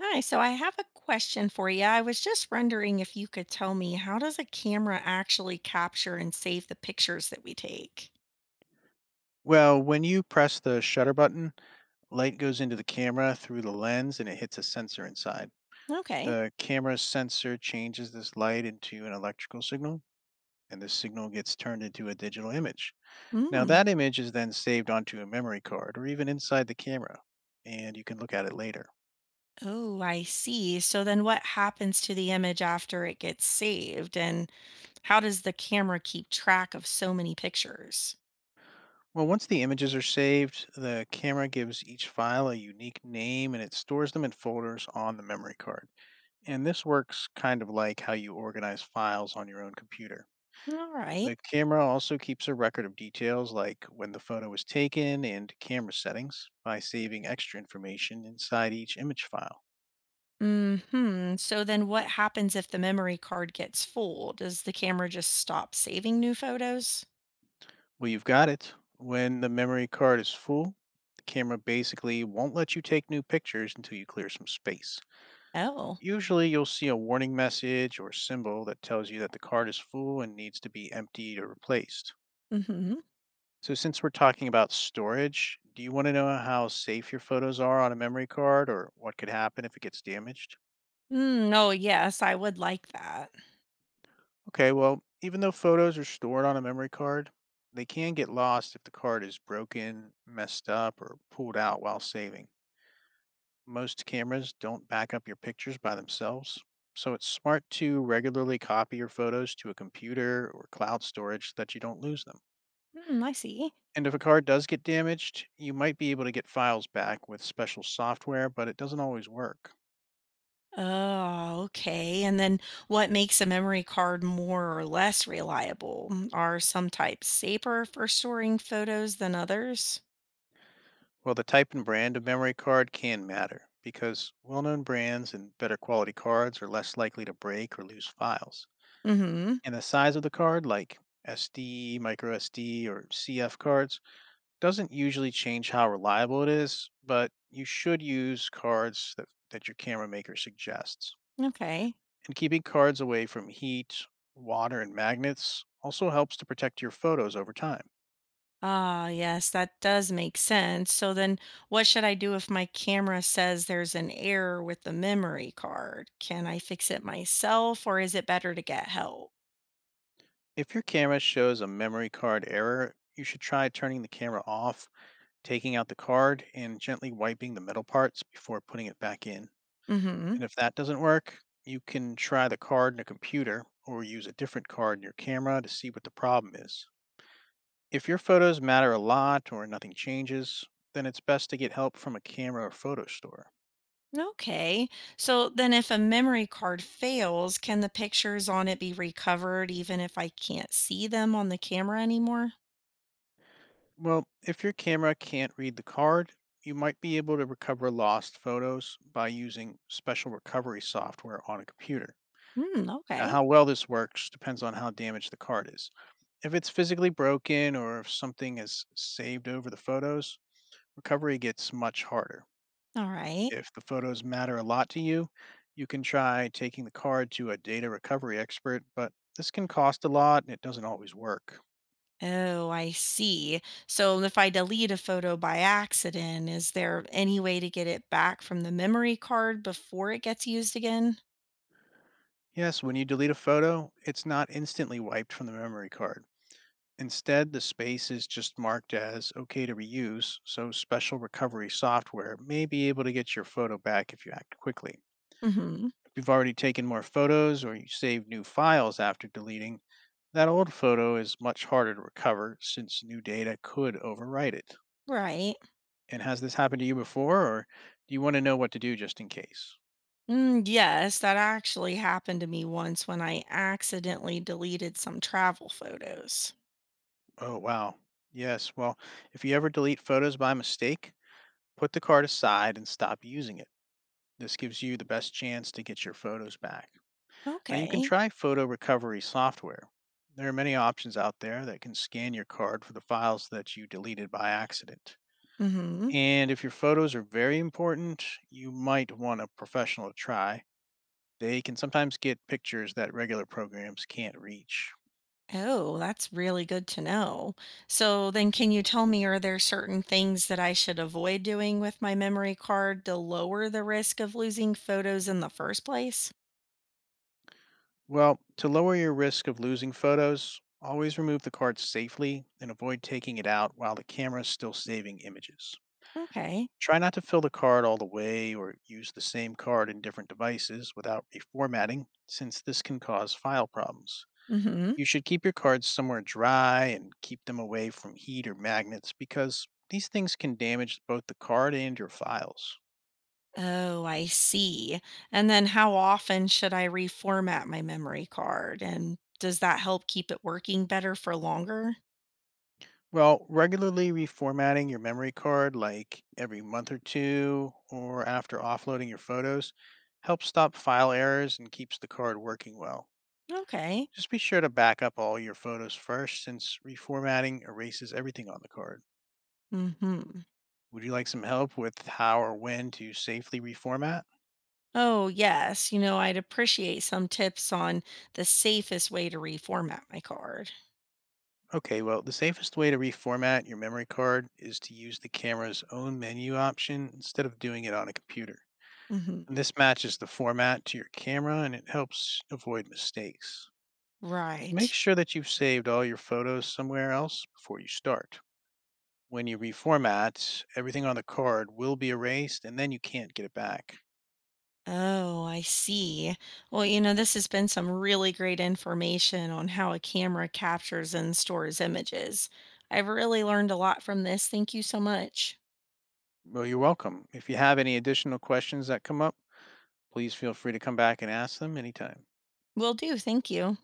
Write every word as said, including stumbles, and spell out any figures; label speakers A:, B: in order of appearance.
A: Hi, so I have a question for you. I was just wondering if you could tell me, how does a camera actually capture and save the pictures that we take?
B: Well, when you press the shutter button, light goes into the camera through the lens and it hits a sensor inside.
A: Okay.
B: The camera's sensor changes this light into an electrical signal, and this signal gets turned into a digital image. Now,
A: Mm.
B: that image is then saved onto a memory card or even inside the camera, and you can look at it later.
A: Oh, I see. So then what happens to the image after it gets saved? And how does the camera keep track of so many pictures?
B: Well, once the images are saved, the camera gives each file a unique name and it stores them in folders on the memory card. And this works kind of like how you organize files on your own computer.
A: All right.
B: The camera also keeps a record of details like when the photo was taken and camera settings by saving extra information inside each image file.
A: Mm-hmm. So then what happens if the memory card gets full? Does the camera just stop saving new photos?
B: Well, you've got it. When the memory card is full, the camera basically won't let you take new pictures until you clear some space.
A: Oh.
B: Usually, you'll see a warning message or symbol that tells you that the card is full and needs to be emptied or replaced. So, since we're talking about storage, do you want to know how safe your photos are on a memory card or what could happen if it gets damaged?
A: Mm, oh, yes, I would like that.
B: Okay, well, even though photos are stored on a memory card, they can get lost if the card is broken, messed up, or pulled out while saving. Most cameras don't back up your pictures by themselves, so it's smart to regularly copy your photos to a computer or cloud storage so that you don't lose them.
A: Mm, I see.
B: And if a card does get damaged, you might be able to get files back with special software, but it doesn't always work.
A: Oh, okay. And then what makes a memory card more or less reliable? Mm, are some types safer for storing photos than others?
B: Well, the type and brand of memory card can matter because well known brands and better quality cards are less likely to break or lose files.
A: Mm-hmm.
B: And the size of the card, like S D, micro S D, or C F cards, doesn't usually change how reliable it is, but you should use cards that, that your camera maker suggests.
A: Okay.
B: And keeping cards away from heat, water, and magnets also helps to protect your photos over time.
A: Ah, yes, that does make sense. So then what should I do if my camera says there's an error with the memory card? Can I fix it myself or is it better to get help?
B: If your camera shows a memory card error, you should try turning the camera off, taking out the card, and gently wiping the metal parts before putting it back in.
A: Mm-hmm.
B: And if that doesn't work, you can try the card in a computer or use a different card in your camera to see what the problem is. If your photos matter a lot or nothing changes, then it's best to get help from a camera or photo store.
A: Okay. So then, if a memory card fails, can the pictures on it be recovered even if I can't see them on the camera anymore?
B: Well, if your camera can't read the card, you might be able to recover lost photos by using special recovery software on a computer.
A: Hmm.
B: Now,
A: Okay.
B: how well this works depends on how damaged the card is. If it's physically broken or if something is saved over the photos, recovery gets much harder.
A: All right.
B: If the photos matter a lot to you, you can try taking the card to a data recovery expert, but this can cost a lot and it doesn't always work.
A: Oh, I see. So if I delete a photo by accident, is there any way to get it back from the memory card before it gets used again?
B: Yes, when you delete a photo, it's not instantly wiped from the memory card. Instead, the space is just marked as okay to reuse, so special recovery software may be able to get your photo back if you act quickly.
A: Hmm.
B: If you've already taken more photos or you save new files after deleting, that old photo is much harder to recover since new data could overwrite it.
A: Right.
B: And has this happened to you before, or do you want to know what to do just in case?
A: Mm, yes, that actually happened to me once when I accidentally deleted some travel photos.
B: Oh, wow. Yes. Well, if you ever delete photos by mistake, put the card aside and stop using it. This gives you the best chance to get your photos back. Now, you can
A: Okay.
B: try photo recovery software. There are many options out there that can scan your card for the files that you deleted by accident.
A: Hmm.
B: And if your photos are very important, you might want a professional to try. They can sometimes get pictures that regular programs can't reach.
A: Oh, that's really good to know. So then can you tell me, are there certain things that I should avoid doing with my memory card to lower the risk of losing photos in the first place?
B: Well, to lower your risk of losing photos, always remove the card safely and avoid taking it out while the camera is still saving images.
A: Okay.
B: Try not to fill the card all the way or use the same card in different devices without reformatting, since this can cause file problems.
A: Mm-hmm.
B: You should keep your cards somewhere dry and keep them away from heat or magnets because these things can damage both the card and your files.
A: Oh, I see. And then how often should I reformat my memory card? And does that help keep it working better for longer?
B: Well, regularly reformatting your memory card, like every month or two, or after offloading your photos, helps stop file errors and keeps the card working well.
A: Okay.
B: Just be sure to back up all your photos first, since reformatting erases everything on the card.
A: Mm-hmm.
B: Would you like some help with how or when to safely reformat?
A: Oh, yes. You know, I'd appreciate some tips on the safest way to reformat my card.
B: Okay, well, the safest way to reformat your memory card is to use the camera's own menu option instead of doing it on a computer.
A: Mm-hmm.
B: And this matches the format to your camera and it helps avoid mistakes.
A: Right.
B: Make sure that you've saved all your photos somewhere else before you start. When you reformat, everything on the card will be erased and then you can't get it back.
A: Oh, I see. Well, you know, this has been some really great information on how a camera captures and stores images. I've really learned a lot from this. Thank you so much.
B: Well, you're welcome. If you have any additional questions that come up, please feel free to come back and ask them anytime.
A: Will do. Thank you.